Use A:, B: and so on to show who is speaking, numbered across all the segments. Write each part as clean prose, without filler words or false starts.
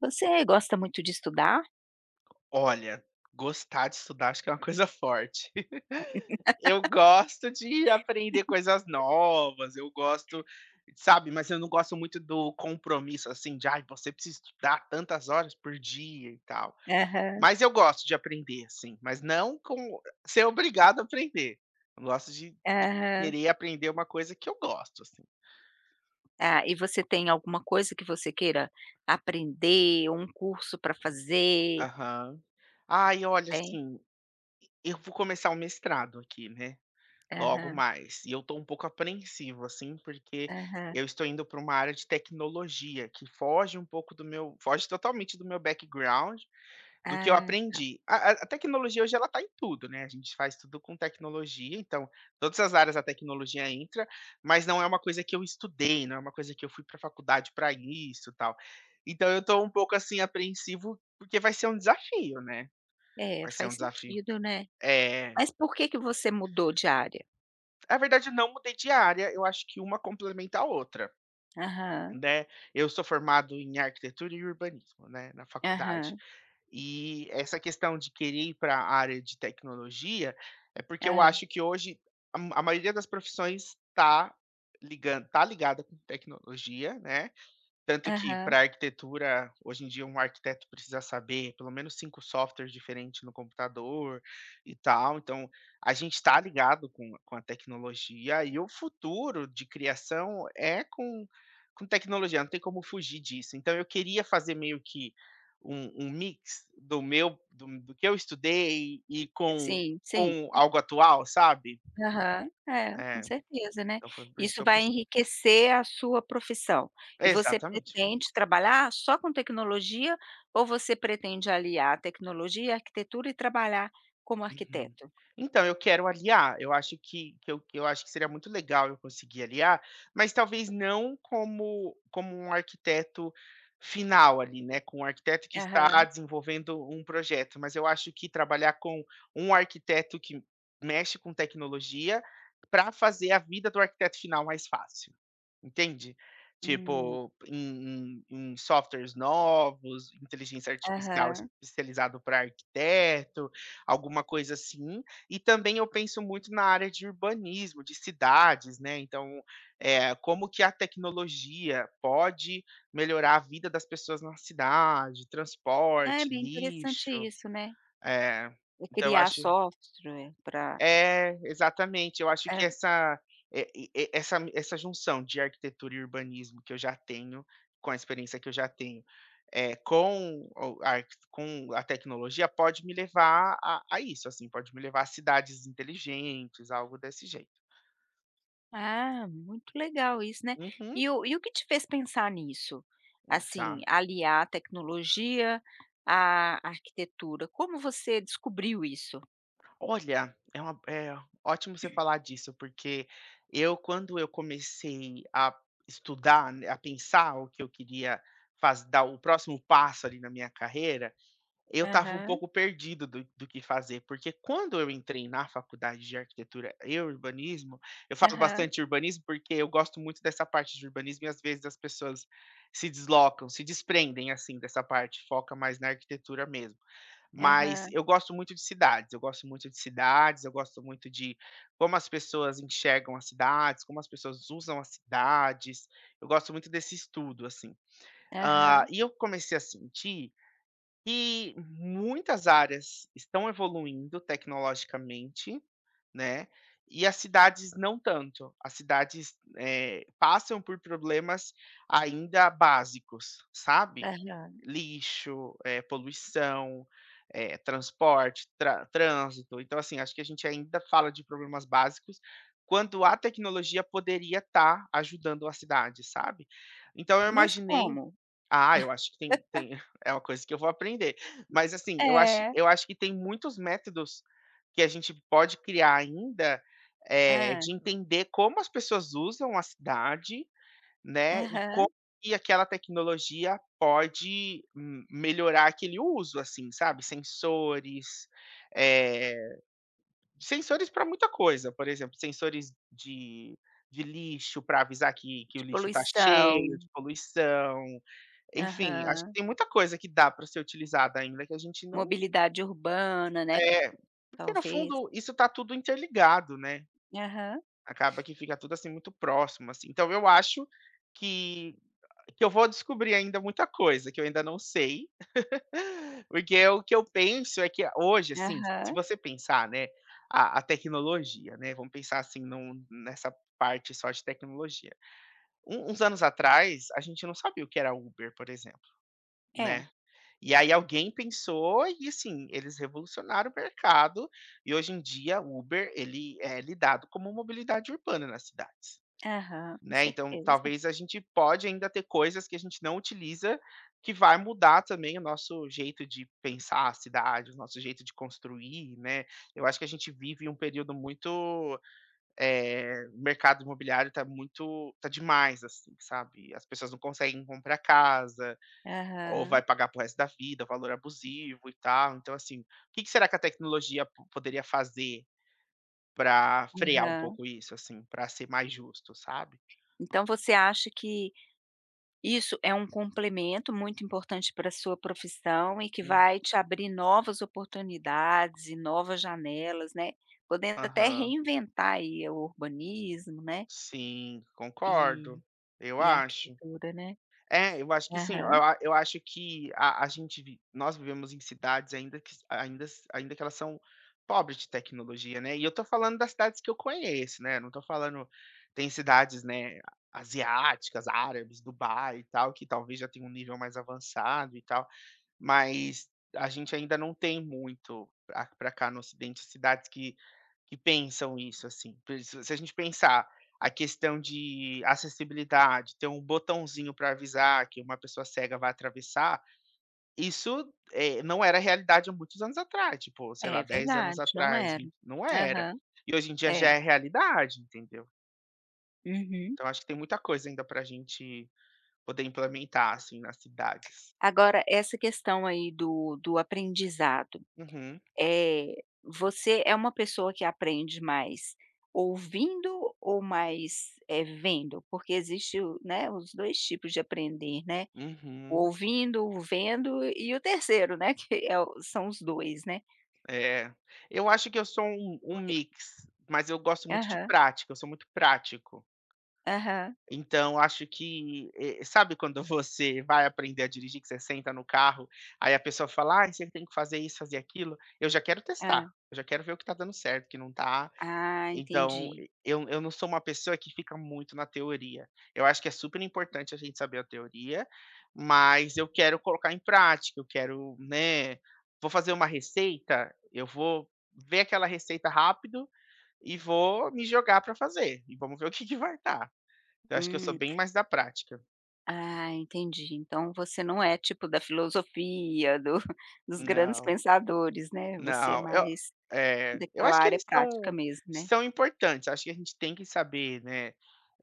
A: Você gosta muito de estudar?
B: Olha, gostar de estudar acho que é uma coisa forte. Eu gosto de aprender coisas novas, eu gosto, sabe, mas eu não gosto muito do compromisso, assim, de: "Ai, você precisa estudar tantas horas por dia e tal".
A: Aham,
B: Mas eu gosto de aprender, assim, mas não com ser obrigado a aprender. Eu gosto de
A: aham.
B: querer aprender uma coisa que eu gosto, assim.
A: Ah, e você tem alguma coisa que você queira aprender ou um curso para fazer?
B: Aham. Ai, olha,
A: Tem?
B: assim, eu vou começar um mestrado aqui, né. Logo
A: Aham,
B: mais. E eu estou um pouco apreensivo, assim, porque
A: aham.
B: eu estou indo para uma área de tecnologia que foge totalmente do meu background, do que eu
A: Ah,
B: aprendi. A tecnologia hoje ela está em tudo, né, a gente faz tudo com tecnologia, então todas as áreas da tecnologia entra, mas não é uma coisa que eu estudei, não é uma coisa que eu fui pra faculdade para isso, e tal. Então eu estou um pouco, assim, apreensivo, porque vai ser um desafio, né,
A: é,
B: vai ser um
A: faz
B: desafio.
A: sentido, né.
B: É.
A: Mas por que que você mudou de área?
B: Na verdade, não mudei de área, eu acho que uma complementa a outra,
A: Aham,
B: né. Eu sou formado em arquitetura e urbanismo, né, na faculdade.
A: aham,
B: E essa questão de querer ir para a área de tecnologia, é porque eu
A: ah,
B: acho que hoje a maioria das profissões tá ligada com tecnologia, né. Tanto que
A: aham.
B: para arquitetura, hoje em dia um arquiteto precisa saber pelo menos 5 softwares diferentes no computador e tal, então a gente está ligado com a tecnologia e o futuro de criação é com tecnologia, não tem como fugir disso. Então eu queria fazer meio que um mix do meu do do que eu estudei e com
A: Sim, sim.
B: com algo atual, sabe?
A: Aham. É,
B: É,
A: com certeza, né.
B: então foi por isso que
A: Isso
B: eu
A: vai
B: pensei.
A: enriquecer a sua profissão. E você
B: Exatamente.
A: pretende trabalhar só com tecnologia ou você pretende aliar a tecnologia, a arquitetura e trabalhar como
B: Uhum.
A: arquiteto?
B: Então, eu quero aliar, eu acho que eu acho que seria muito legal eu conseguir aliar, mas talvez não como um arquiteto final ali, né, com um arquiteto que está
A: Aham.
B: desenvolvendo um projeto, mas eu acho que trabalhar com um arquiteto que mexe com tecnologia, para fazer a vida do arquiteto final mais fácil, entende?
A: Hum.
B: Tipo, em softwares novos, inteligência artificial
A: Aham.
B: especializado para arquiteto, alguma coisa assim. E também eu penso muito na área de urbanismo, de cidades, né, então, como que a tecnologia pode melhorar a vida das pessoas na cidade,
A: É
B: transporte,
A: bem interessante
B: lixo.
A: isso, né.
B: É,
A: E
B: então eu
A: criar
B: acho
A: software para
B: é, exatamente. Eu acho que essa, eh, e essa essa junção de arquitetura e urbanismo que eu já tenho, com a experiência que eu já tenho, com a tecnologia, pode me levar a isso, assim, pode me levar a cidades inteligentes, algo desse jeito.
A: ah, muito legal isso, né.
B: Uhum,
A: E o que te fez pensar nisso?
B: tá.
A: Assim, aliar a tecnologia à arquitetura, como você descobriu isso?
B: Olha, é uma é ótimo você falar disso, porque quando eu comecei a estudar, né, a pensar o que eu queria faz dar o próximo passo ali na minha carreira. Eu estava um
A: Aham,
B: pouco perdido do que fazer, porque quando eu entrei na faculdade de arquitetura e urbanismo, eu falo
A: aham,
B: bastante urbanismo, porque eu gosto muito dessa parte de urbanismo e às vezes as pessoas se deslocam, se desprendem, assim, dessa parte, foca mais na arquitetura mesmo. Mas
A: aham,
B: eu gosto muito de cidades, eu gosto muito de cidades, eu gosto muito de como as pessoas enxergam as cidades, como as pessoas usam as cidades, eu gosto muito desse estudo, assim.
A: aham,
B: E eu comecei a sentir, e muitas áreas estão evoluindo tecnologicamente, né, e as cidades não tanto. As cidades, passam por problemas ainda básicos, sabe.
A: aham.
B: Lixo, poluição, transporte, tra trânsito. Então, assim, acho que a gente ainda fala de problemas básicos, quando a tecnologia poderia estar ajudando a cidade, sabe. Então eu
A: Mas
B: imaginei,
A: como?
B: ah, eu acho que tem é uma coisa que eu vou aprender. Mas, assim, eu acho
A: É.
B: eu acho que tem muitos métodos que a gente pode criar ainda, de
A: Ah,
B: entender como as pessoas usam a cidade, né, e como
A: aham.
B: que aquela tecnologia pode m melhorar aquele uso, assim, sabe, sensores, eh, sensores para muita coisa, por exemplo, sensores de lixo para avisar que o
A: De
B: lixo está cheio
A: poluição.
B: de poluição. Enfim, acho que
A: Aham.
B: tem muita coisa que dá para ser utilizada ainda que a gente não.
A: Mobilidade urbana, né,
B: É, porque no
A: talvez.
B: fundo isso tá tudo interligado, né,
A: Aham,
B: acaba que fica tudo, assim, muito próximo, assim. Então eu acho que que eu vou descobrir ainda muita coisa que eu ainda não sei, porque o que eu penso é que hoje, assim, se
A: aham.
B: você pensar, né, a tecnologia, né, vamos pensar, assim, num nessa parte só de tecnologia. Uns anos atrás, a gente não sabia o que era Uber, por exemplo,
A: É.
B: né. E aí alguém pensou e assim, eles revolucionaram o mercado e hoje em dia o Uber ele é lidado como mobilidade urbana nas cidades,
A: Aham, com
B: né. Então
A: certeza.
B: talvez a gente pode ainda ter coisas que a gente não utiliza, que vai mudar também o nosso jeito de pensar a cidade, o nosso jeito de construir, né. Eu acho que a gente vive um período muito, o mercado imobiliário está demais, assim, sabe. As pessoas não conseguem comprar casa, ou vai
A: Aham,
B: pagar para resto da vida, valor abusivo e tal. Então, assim, o que que será que a tecnologia po poderia fazer para frear um
A: aham.
B: pouco isso, assim, para ser mais justo, sabe?
A: Então você acha que isso é um complemento muito importante para a sua profissão e que
B: Hum,
A: vai te abrir novas oportunidades e novas janelas, né, podendo até
B: aham.
A: reinventar aí o urbanismo, né,
B: Sim, concordo,
A: e
B: eu
A: e a
B: acho.
A: arquitetura, né.
B: É, eu acho que sim.
A: Aham.
B: Eu acho que a gente vi nós vivemos em cidades ainda que s ainda que elas são pobres de tecnologia, né, e eu tô falando das cidades que eu conheço, né, não tô falando, tem cidades, né, asiáticas, árabes, Dubai e tal, que talvez já tenha um nível mais avançado e tal, mas a gente ainda não tem muito para cá no ocidente cidades que pensam isso, assim, por isso se a gente pensar a questão de acessibilidade, ter um botãozinho para avisar que uma pessoa cega vai atravessar, isso, não era realidade há muitos anos atrás, tipo, sei lá,
A: É
B: 10 anos
A: verdade, não
B: atrás,
A: era.
B: 20 não era.
A: Aham.
B: E hoje em dia
A: É.
B: já é realidade, entendeu.
A: Uhum.
B: Então acho que tem muita coisa ainda para a gente poder implementar, assim, nas cidades.
A: Agora essa questão aí do aprendizado.
B: Uhum,
A: Eh, Você é uma pessoa que aprende mais ouvindo ou mais, vendo? Porque existe o, né, os 2 tipos de aprender, né, o
B: uhum,
A: ouvindo, o vendo e o terceiro, né, que é o, são os 2, né,
B: é. Eu acho que eu sou um
A: porque
B: mix, mas eu gosto muito de
A: aham,
B: prática, eu sou muito prático.
A: aham,
B: Então, acho que sabe quando você vai aprender a dirigir, que você senta no carro, aí a pessoa fala: "Ai, você tem que fazer isso, fazer aquilo". Eu já quero testar,
A: hã.
B: eu já quero ver o que tá dando certo, o que não tá.
A: Ah,
B: Então,
A: entendi.
B: e eu não sou uma pessoa que fica muito na teoria. Eu acho que é super importante a gente saber a teoria, mas eu quero colocar em prática, eu quero, né, vou fazer uma receita, eu vou ver aquela receita rápido e vou me jogar pra fazer, e vamos ver o que que vai dar. Eu acho que eu sou
A: Hum,
B: bem mais da prática.
A: ah, entendi. Então você não é tipo da filosofia, do dos grandes
B: Não,
A: pensadores, né, você é
B: não,
A: mais
B: eu
A: daquela
B: acho que
A: área
B: eles
A: prática
B: são
A: mesmo, né?
B: são importantes, acho que a gente tem que saber, né,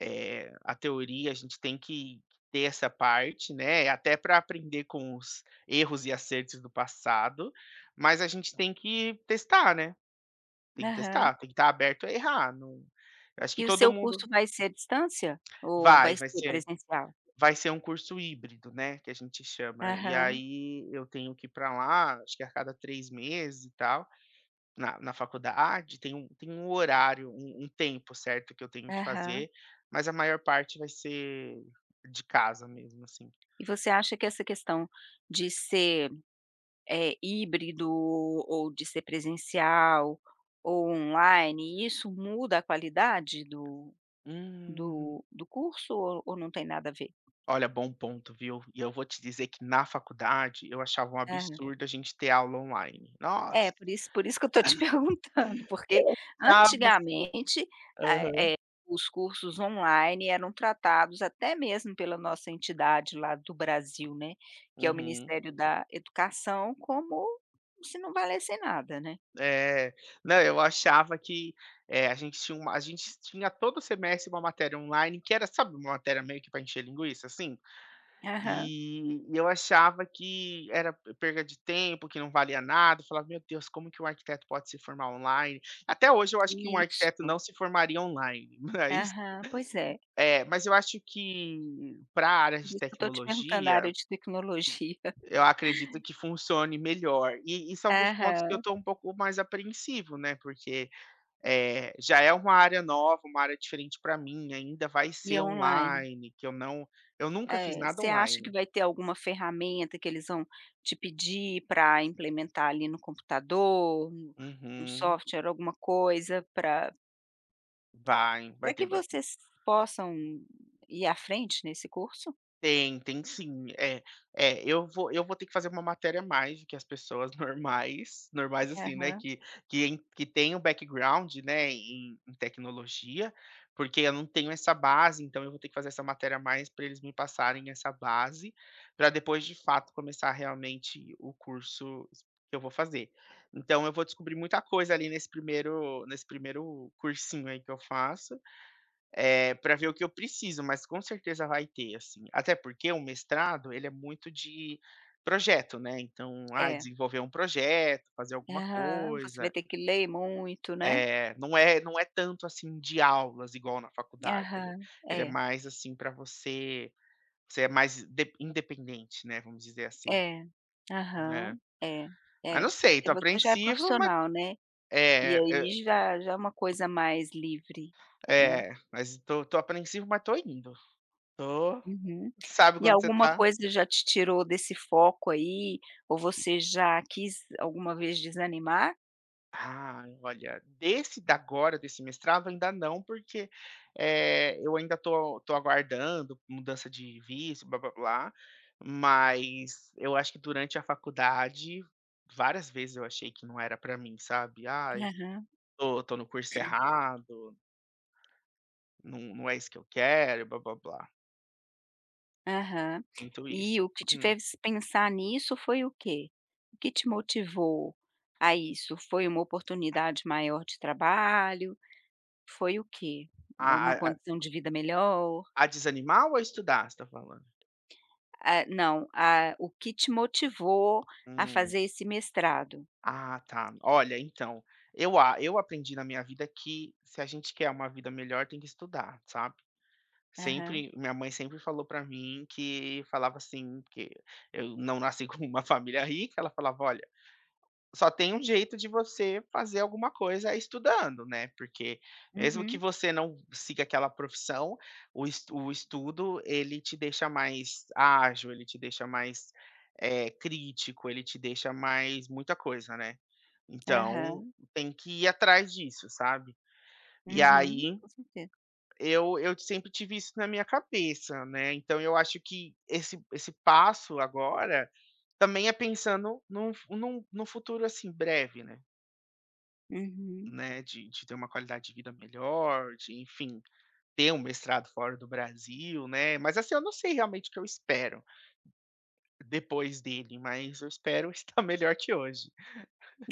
B: a teoria, a gente tem que ter essa parte, né, até para aprender com os erros e acertos do passado, mas a gente tem que testar, né, tem que
A: Aham.
B: testar, tem que estar aberto a errar, não, eu acho que
A: E o
B: todo
A: seu curso
B: mundo
A: vai ser à distância? Ou
B: vai,
A: vai
B: vai
A: ser
B: ser
A: presencial?
B: Vai ser um curso híbrido, né, que a gente chama. E
A: Aham,
B: aí eu tenho que ir pra lá, acho que a cada 3 meses e tal, na faculdade tem tem um horário, um tempo certo que eu tenho que
A: aham.
B: fazer, mas a maior parte vai ser de casa mesmo, assim.
A: E você acha que essa questão de ser, híbrido ou de ser presencial ou online, isso muda a qualidade do
B: Hum,
A: do do curso ou não tem nada a ver?
B: olha, bom ponto, viu. E eu vou te dizer que na faculdade eu achava um absurdo a gente ter aula online.
A: É,
B: Nossa,
A: por isso que eu estou te perguntando, porque
B: tava.
A: antigamente, eh
B: Aham.
A: eh, os cursos online eram tratados até mesmo pela nossa entidade lá do Brasil, né, que é o
B: Uhum.
A: Ministério da Educação, como se não valesse nada, né.
B: É, não, eu achava que, a gente tinha todo semestre uma matéria online que era, sabe, uma matéria meio que para encher linguiça, assim?
A: Aham.
B: E eu achava que era perda de tempo, que não valia nada, eu falava: "Meu Deus, como que um arquiteto pode se formar online?". Até hoje eu acho que um arquiteto não
A: Isso.
B: se formaria online, mas
A: Aham, pois é.
B: é, mas eu acho que para a área
A: Por
B: de
A: isso que eu estou te perguntando a
B: tecnologia,
A: área de tecnologia.
B: eu acredito que funcione melhor. E são dos pontos que eu
A: Aham.
B: estou um pouco mais apreensivo, né, porque já é uma área nova, uma área diferente para mim, ainda vai
A: E
B: ser
A: online.
B: online, que eu não, eu nunca fiz
A: É,
B: nada
A: você acha que
B: online.
A: vai ter alguma ferramenta que eles vão te pedir para implementar ali no computador, um um
B: Uhum.
A: software, alguma coisa para
B: Vai, vai
A: para
B: ter
A: que
B: ba
A: vocês possam ir à frente nesse curso?
B: Tem, tem sim. Eu vou ter que fazer uma matéria a mais do que as pessoas normais, normais assim, né,
A: Aham,
B: que tem um background, né, em tecnologia, porque eu não tenho essa base, então eu vou ter que fazer essa matéria a mais para eles me passarem essa base, para depois de fato começar realmente o curso que eu vou fazer. Então eu vou descobrir muita coisa ali nesse primeiro cursinho aí que eu faço pra ver o que eu preciso, mas com certeza vai ter, assim. Até porque o mestrado, ele é muito de projeto, né, então, ah,
A: é,
B: desenvolver um projeto, fazer alguma
A: aham, você vai
B: coisa,
A: ter que ler muito, né.
B: não é não é tanto, assim, de aulas igual na faculdade, ele
A: Aham,
B: ele é
A: é,
B: mais, assim, para você é mais de independente, né, vamos dizer assim.
A: é,
B: É.
A: aham, é,
B: Ah, não
A: é,
B: sei, tô
A: porque você já é
B: apreensivo, mas
A: profissional, né, e
B: é, é
A: aí já já é uma coisa mais livre, né.
B: é, mas tô apreensivo, mas tô indo. Tô,
A: Uhum.
B: sabe,
A: E
B: quando você
A: alguma
B: tá...
A: coisa já te tirou desse foco aí, ou você já quis alguma vez desanimar?
B: Ah, olha, desse da agora, desse mestrado, ainda não, porque, eu ainda tô aguardando mudança de visto, blá-blá-blá, mas eu acho que durante a faculdade, várias vezes eu achei que não era pra mim, sabe. "Ai,
A: Aham,
B: tô no curso errado, não é isso que eu quero", blá-blá-blá.
A: aham.
B: Sinto
A: E
B: isso.
A: o que te
B: Hum.
A: fez pensar nisso foi o quê? O que te motivou a isso? Foi uma oportunidade maior de trabalho? Foi o quê?
B: A a
A: Uma
B: a
A: condição de vida melhor?
B: a desanimar ou a estudar, você tá falando?
A: Ah, não, ah, o que te motivou a
B: Hum.
A: fazer esse mestrado?
B: Ah, tá. Olha, então, eu aprendi na minha vida que, se a gente quer uma vida melhor, tem que estudar, sabe.
A: Aham,
B: Sempre minha mãe sempre falou pra mim, que falava assim, que eu não nasci com uma família rica. Ela falava: "Olha, só tem um jeito de você fazer alguma coisa, é estudando, né, porque mesmo que
A: uhum,
B: você não siga aquela profissão, o estudo, ele te deixa mais ágil, ele te deixa mais, crítico, ele te deixa mais muita coisa, né. Então,
A: aham,
B: tem que ir atrás disso, sabe. E
A: uhum,
B: aí,
A: com certeza.
B: eu sempre tive isso na minha cabeça, né, então eu acho que esse passo agora, também é pensando num f num num futuro, assim, breve, né.
A: Uhum.
B: Né, de ter uma qualidade de vida melhor, de, enfim, ter um mestrado fora do Brasil, né, mas, assim, eu não sei realmente o que eu espero depois dele, mas eu espero estar melhor que hoje.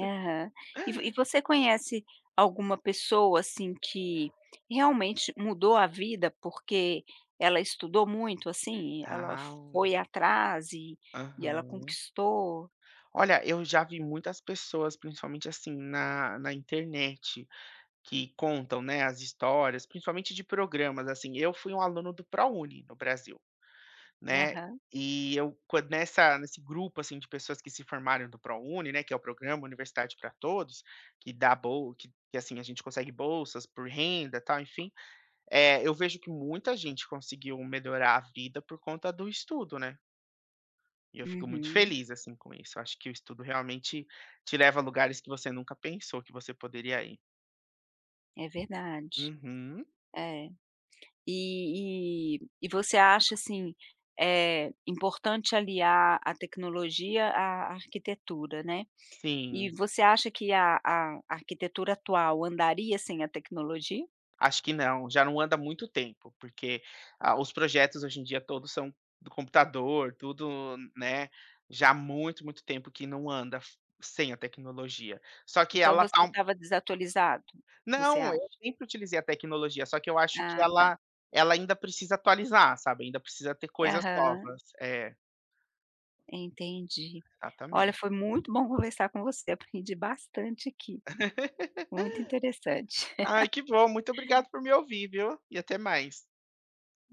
A: Aham. E você conhece alguma pessoa, assim, que realmente mudou a vida porque ela estudou muito, assim, ela
B: Ah,
A: foi atrás e ela
B: aham.
A: conquistou?
B: Olha, eu já vi muitas pessoas, principalmente, assim, na internet, que contam, né, as histórias, principalmente de programas, assim. Eu fui um aluno do ProUni no Brasil. Né,
A: Aham.
B: e eu, quando nessa, nesse grupo, assim, de pessoas que se formaram do ProUni, né, que é o programa Universidade para Todos, que dá bol que, assim, a gente consegue bolsas por renda, tal, enfim, é, eu vejo que muita gente conseguiu melhorar a vida por conta do estudo, né, e eu fico muito
A: Uhum.
B: feliz, assim, com isso. Eu acho que o estudo realmente te leva a lugares que você nunca pensou que você poderia ir.
A: É verdade.
B: Uhum.
A: É. E você acha, assim, é importante aliar a tecnologia à arquitetura, né. E
B: Sim.
A: você acha que a arquitetura atual andaria sem a tecnologia?
B: Acho que não, já não anda há muito tempo, porque, ah, os projetos hoje em dia todos são do computador, tudo, né, já há muito, muito tempo que não anda f sem a tecnologia. Só que
A: Então
B: ela
A: você
B: tá um...
A: estava desatualizado, você
B: Não, eu
A: acha?
B: sempre utilizei a tecnologia, só que eu acho que
A: Ah, tá.
B: ela ainda precisa atualizar, sabe, ainda precisa ter coisas
A: Aham,
B: novas. É,
A: entendi. Olha,
B: exatamente.
A: foi muito bom conversar com você, aprendi bastante aqui, muito interessante.
B: Ai, que bom, muito obrigado por me ouvir, viu, e até mais.